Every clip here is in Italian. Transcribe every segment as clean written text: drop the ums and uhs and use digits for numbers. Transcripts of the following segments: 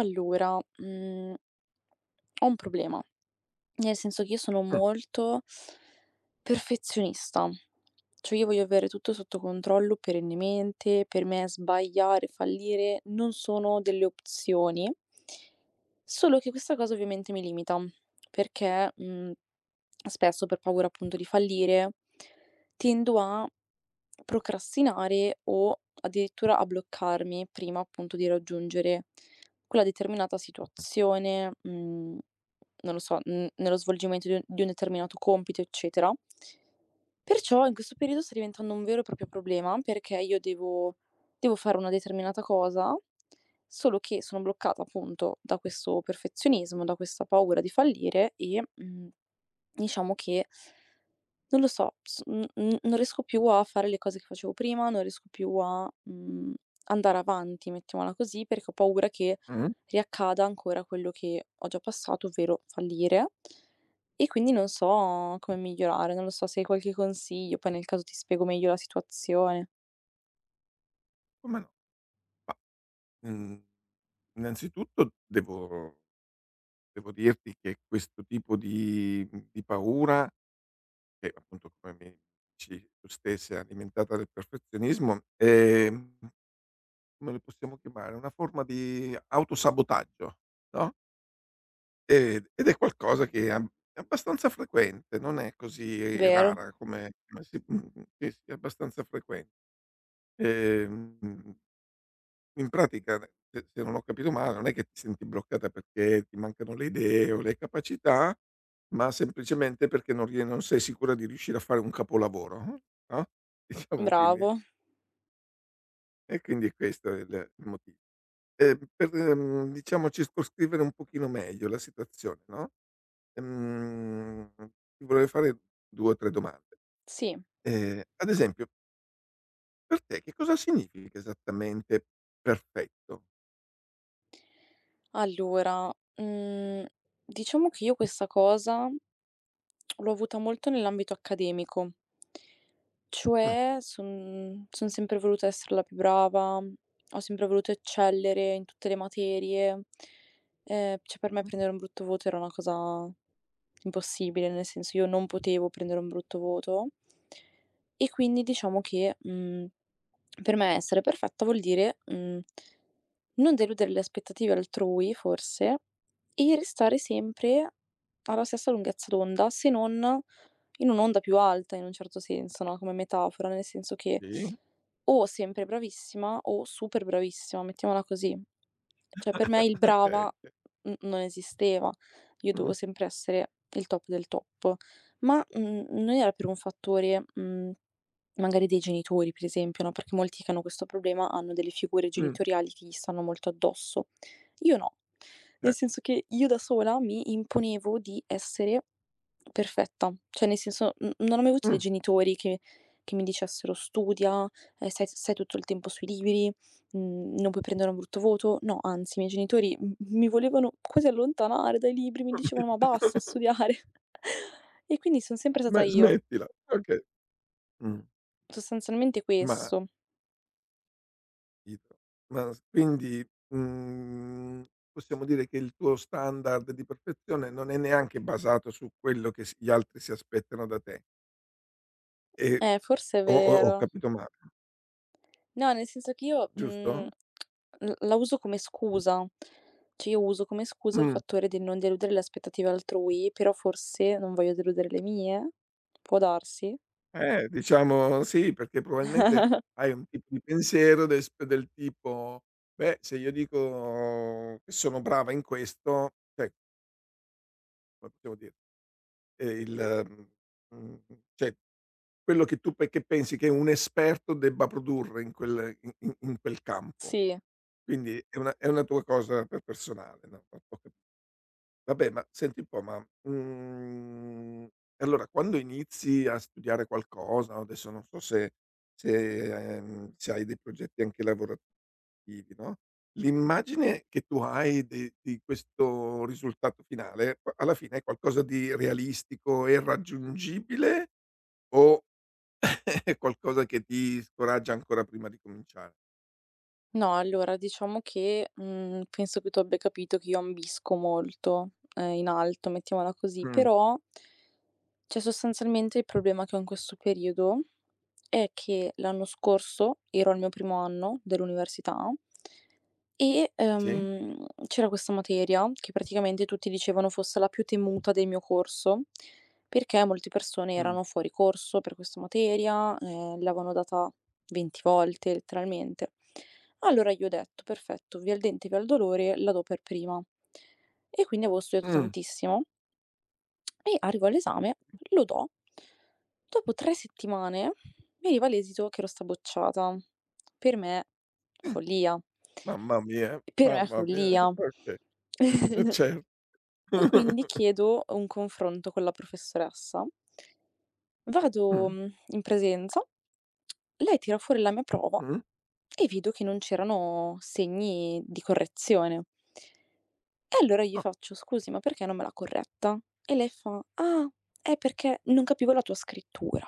Allora, ho un problema, nel senso che io sono molto perfezionista. Cioè io voglio avere tutto sotto controllo perennemente, per me sbagliare, fallire non sono delle opzioni. Solo che questa cosa ovviamente mi limita, perché, spesso per paura appunto di fallire, tendo a procrastinare o addirittura a bloccarmi prima appunto di raggiungere quella determinata situazione, non lo so, nello svolgimento di un determinato compito, eccetera. Perciò in questo periodo sta diventando un vero e proprio problema, perché io devo fare una determinata cosa, solo che sono bloccata appunto da questo perfezionismo, da questa paura di fallire e, diciamo che non lo so, s n n non riesco più a fare le cose che facevo prima, non riesco più a, andare avanti, mettiamola così, perché ho paura che Mh. riaccada ancora quello che ho già passato, ovvero fallire. E quindi non so come migliorare, non lo so se hai qualche consiglio, poi nel caso ti spiego meglio la situazione. Come no? Ma, mhmm, Innanzitutto devo dirti che questo tipo di paura che appunto come mi dici tu stessa è alimentata dal perfezionismo, come lo possiamo chiamare, una forma di autosabotaggio, no, ed è qualcosa che è abbastanza frequente, non è così Vero, rara sì, sì, è abbastanza frequen ehm In pratica, n se non ho capito male, non è che ti senti bloccata perché ti mancano le idee o le capacità, ma semplicemente perché non sei sicura di riuscire a fare un capolavoro, no, diciamo quindi bravo. e quindi questo è il motivo. Diciamo circoscrivere un pochino meglio la situazione, no, ehm, ti vorrei fare 2 o 3 domande. Sì. Ad esempio, per te che cosa significa esattamente perfetto? Allora, diciamo che io questa cosa l'ho avuta molto nell'ambito accademico. Mh-mh. Cioè son sempre voluta essere la più brava, ho sempre voluto eccellere in tutte le materie. Cioè per me prendere un brutto voto era una cosa impossibile, nel senso io non potevo prendere un brutto voto. E quindi diciamo che, per me essere perfetta vuol dire, non deludere le aspettative altrui forse, e restare sempre alla stessa lunghezza d'onda, se non in un'onda più alta in un certo senso, no, come metafora, nel senso che Sì. o sempre bravissima o super bravissima, mettiamola così. Cioè per me il Okay. brava n non esisteva. Io Mh. dovevo sempre essere il top del top, ma, non era per un fattore, mhmm Magari dei genitori, per esempio, no, perché molti che hanno questo problema hanno delle figure Mh, genitoriali che gli stanno molto addosso. Io no, nel okay. senso che io da sola mi imponevo di essere perfetta, cioè nel senso n non ho mai avuto dei Mh. genitori che mi dicessero: "Studia, stai tutto il tempo sui libri, non puoi prendere un brutto voto". No, anzi, i miei genitori m mi volevano quasi allontanare dai libri, mi dicevano: "Ma basta studiare". E quindi son sempre stata Beh, io, smettila. Okay. Mh. sostanzialmente Ma questo. idro ma s quindi, mhmm, possiamo dire che il tuo standard di perfezione non è neanche basato su quello che s gli altri si aspettano da te. E Forse è ho vero. capito male, No, nel senso che io, giusto? l la uso come scusa. Cioè io uso come scusa il Mh. fattore di non deludere le aspettative altrui, però forse non voglio deludere le mie? Può darsi? Diciamo sì, perché probabilmente hai un tipo di pensiero del tipo: "Beh, se io dico che sono brava in questo", cioè, come possiamo dire Ehm, il mhmm, cioè quello che tu pe che pensi che un esperto debba produrre in quel campo. Sì. Quindi è una tua cosa personale, no, ho ho capi vabbè, ma senti un po', allora quando inizi a studiare qualcosa, adesso non so se se hai dei progetti anche lavora obiettivi, no, l'immagine che tu hai di questo risultato finale, a alla fine è qualcosa di realistico e raggiungibile o è qualcosa che ti scoraggia ancora prima di cominciare? No, allora diciamo che, penso che tu abbia capito che io ambisco molto, in alto, mettiamola così, Mh, però cioè sostanzialmente il problema che ho in questo periodo è che l'anno scorso ero al mio primo anno dell'università. E, sì? C'era questa materia che praticamente tutti dicevano fosse la più temuta del mio corso, perché molte persone Mh, erano fuori corso per questa materia, l'avevano data 20 volte letteralmente. Allora io ho detto: "Perfetto, via il dente, via il dolore, la do per prima". E quindi avevo studiato mh, tantissimo e arrivo all'esame, lo do. Dopo 3 settimane mi arriva l'esito che ero stata bocciata. Per me follia. Per me è mamma mia, follia. okay, cer E quindi chiedo un confronto con la professoressa, vado, Mh, in presenza, lei tira fuori la mia prova mh, e vedo che non c'erano segni di correzione. E allora gli ah, faccio: "Scusi, ma perché non me l'ha corretta?" E lei fa: "Ah, è perché non capivo la tua scrittura."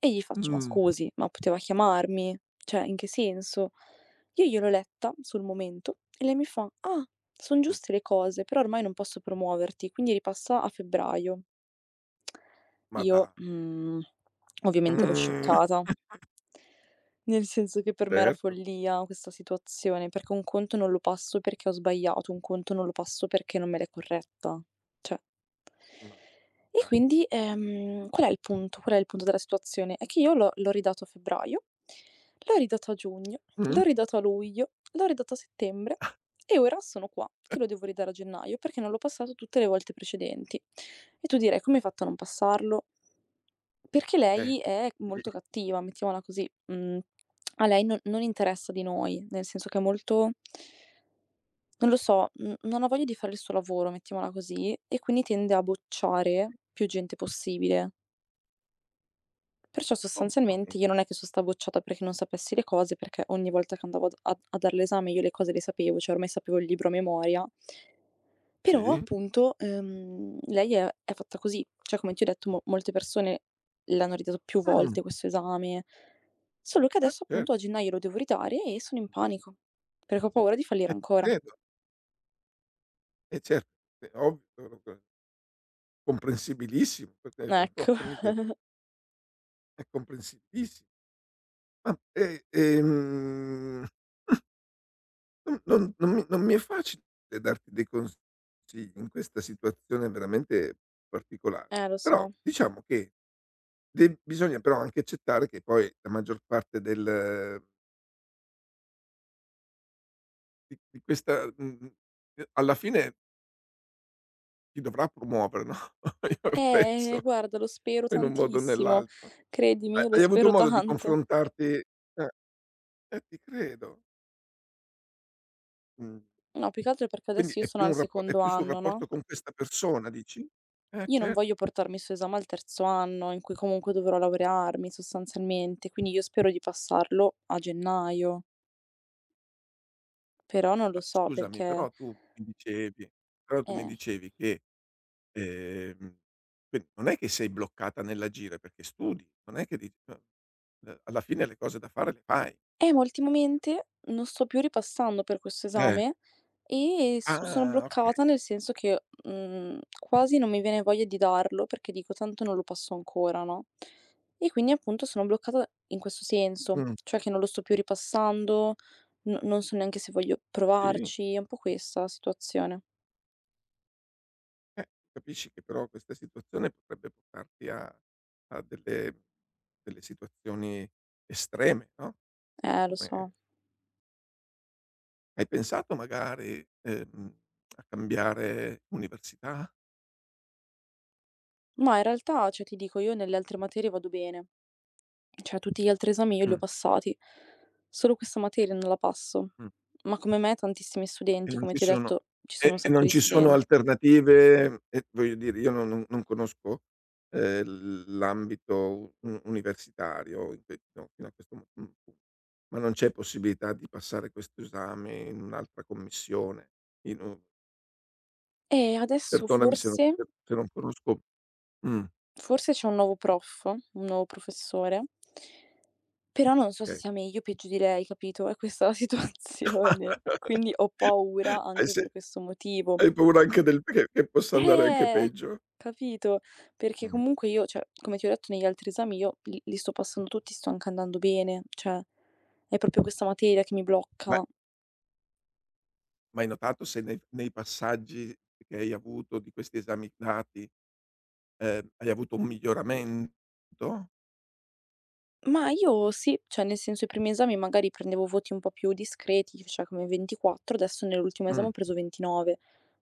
E gli faccio: "Ma mh, scusi, ma poteva chiamarmi? Cioè, in che senso?" Io gliel'ho letta sul momento e lei mi fa: "Ah, son eh, giuste le cose, però ormai non posso promuoverti, quindi ripassa a febbraio". ma Io, da ovviamente ero mh, scioccata. Nel senso che per me era certo, follia questa situazione, perché un conto non lo passo perché ho sbagliato, un conto non lo passo perché non me l'è corretta. Cioè ma e chiaro, quindi, qual è il punto? Qual è il punto della situazione? È che io l'ho ridato a febbraio, l'ho ridato a giugno, mh, l'ho ridato a luglio, l'ho ridato a settembre e ora sono qua che lo devo ridare a gennaio perché non l'ho passato tutte le volte precedenti. E tu direi: "Come hai fatto a non passarlo?" Perché lei eh, è sì, molto cattiva, mettiamola così. Mhmm, a lei non interessa di noi, nel senso che è molto non lo so, n non ha voglia di fare il suo lavoro, mettiamola così, e quindi tende a bocciare più gente possibile. Perciò oh mamma sostanzialmente mia, io non è che so' sta bocciata perché non sapessi le cose, perché ogni volta che andavo ad a a dar l'esame io le cose le sapevo, cioè ormai sapevo il libro a memoria. Però sì, appunto, lei è fatta così. Cioè, come ti ho detto, mo molte persone l'hanno ridato più volte mh, questo esame, solo che adesso cer appunto a gennaio lo devo ridare e sono in panico, perché ho paura di fallire È ancora. vero, e certo, è ovvio, lo- lo- comprensibilissimo perché Ecco, porca miseria, è comprensibilissimo. Ma, ehm, ehm, non mi è facile darti dei consigli in questa situazione veramente particolare, lo però so. diciamo che de bisogna però anche accettare che poi la maggior parte del di questa alla fine chi dovrà promuovere, no, io penso Guarda lo spero in un modo o tantissimo, nell'altro. credimi, Ha io lo hai avuto spero modo di tanto. confrontarti ti credo. Mh. No, più che altro perché Quindi adesso io è sono più al un rappo è secondo più sul anno, no? rapporto con questa persona dici? Eh Io non certo, voglio portarmi su esame al terzo anno in cui comunque dovrò laurearmi sostanzialmente, quindi io spero di passarlo a gennaio, però non lo ma so scusami perché però tu mi dicevi però tu mi eh. dicevi che, ehm, quindi non è che sei bloccata nell'agire perché studi, non è che dici alla fine le cose da fare le fai. Ma ultimamente non sto più ripassando per questo Eh. esame e s sono Ah, okay. bloccata nel senso che, quasi non mi viene voglia di darlo perché dico: "Tanto non lo passo ancora", no, e quindi appunto sono bloccata in questo senso, Mh. cioè che non lo sto più ripassando, no non so neanche se voglio Sì. provarci, è un po' questa la situazione. Capisci che però questa situazione potrebbe portarti a a delle situazioni estreme, no, tipo Lo come so. hai pensato magari, a cambiare università? Ma in realtà, cioè ti dico, io nelle altre materie vado bene. Cioè tutti gli altri esami io li ho Mh, passati. Solo questa materia non la passo. mh. Ma come me tantissimi E studenti, non come ci ti ho sono detto, ci sono e un e sacco non di ci sono studenti. alternative, e voglio dire io non conosco, l'ambito u universitario in que no, fino a questo pu ma non c'è possibilità di passare questo esame in un'altra commissione, in un E adesso perdonami se non forse se non conosco mh, forse c'è un nuovo prof, un nuovo professore però non so se okay. sia meglio o peggio di lei, capito? È questa la situazione. Quindi ho paura Hai anche se per questo motivo. hai paura anche del che possa andare anche Eh, peggio? capito. Perché Mh. comunque io, cioè, come ti ho detto negli altri esami, io li sto passando tutti, sto anche andando bene, cioè è proprio questa materia che mi Ma blocca. Ma hai notato se nei passaggi che hai avuto di questi esaminati, hai avuto un miglioramento? Ma io sì, cioè nel senso i primi esami magari prendevo voti un po' più discreti, cioè come 24, adesso nell'ultimo esame ho Mh, preso 29,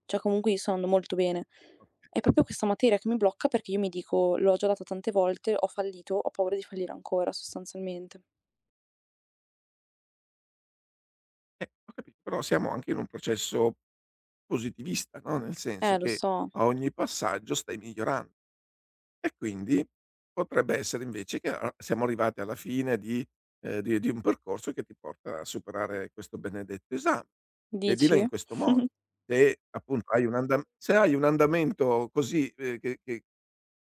cioè comunque io sto andando molto bene. okay. È proprio questa materia che mi blocca perché io mi dico, l'ho già data tante volte, ho fallito, ho paura di fallire ancora sostanzialmente. Ho capito, però siamo anche in un processo positivista, no, nel senso Lo che so, a ogni passaggio stai miglioran e quindi potrebbe essere invece che a siamo arrivati alla fine di di un percorso che ti porta a superare questo benedetto esame. Vedila dici? in questo modo. Se appunto hai un andam se hai un andamento così, che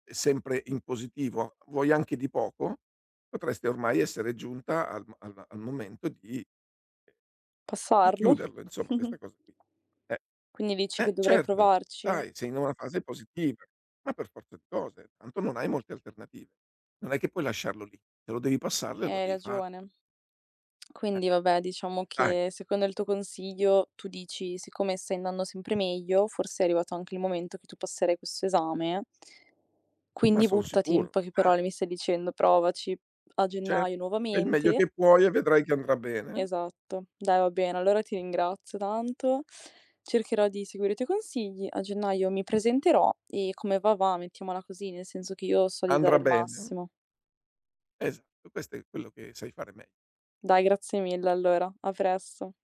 è sempre in positivo, vuoi anche di poco, potresti ormai essere giunta al m al al momento di Passarlo? chiuderlo insomma questa cosa qui. Eh. Quindi dici Eh che dovrei certo, provarci? dai, sei in una fase positiva, ma per forza di cose, tanto non hai molte alternative. Non è che puoi lasciarlo lì, se lo devi passare lo Hai devi fare. ragione. Eh, Quindi vabbè, diciamo dai, che secondo il tuo consiglio, tu dici: siccome stai andando sempre meglio, forse è arrivato anche il momento che tu passerai questo esame, ma quindi son buttati, in sicuro, poche dai, parole mi stai dicendo: provaci a certo, gennaio fai il meglio nuovamente. che puoi e vedrai che andrà bene. Esatto. Dai, va bene, allora ti ringrazio tanto. Cercherò di seguire i tuoi consigli. A gennaio mi presenterò e come va va, mettiamola così, nel senso che io so di dare Andrà il bene, massimo. esatto, questo è quello che sai fare me Dai, grazie mille allora. A presto.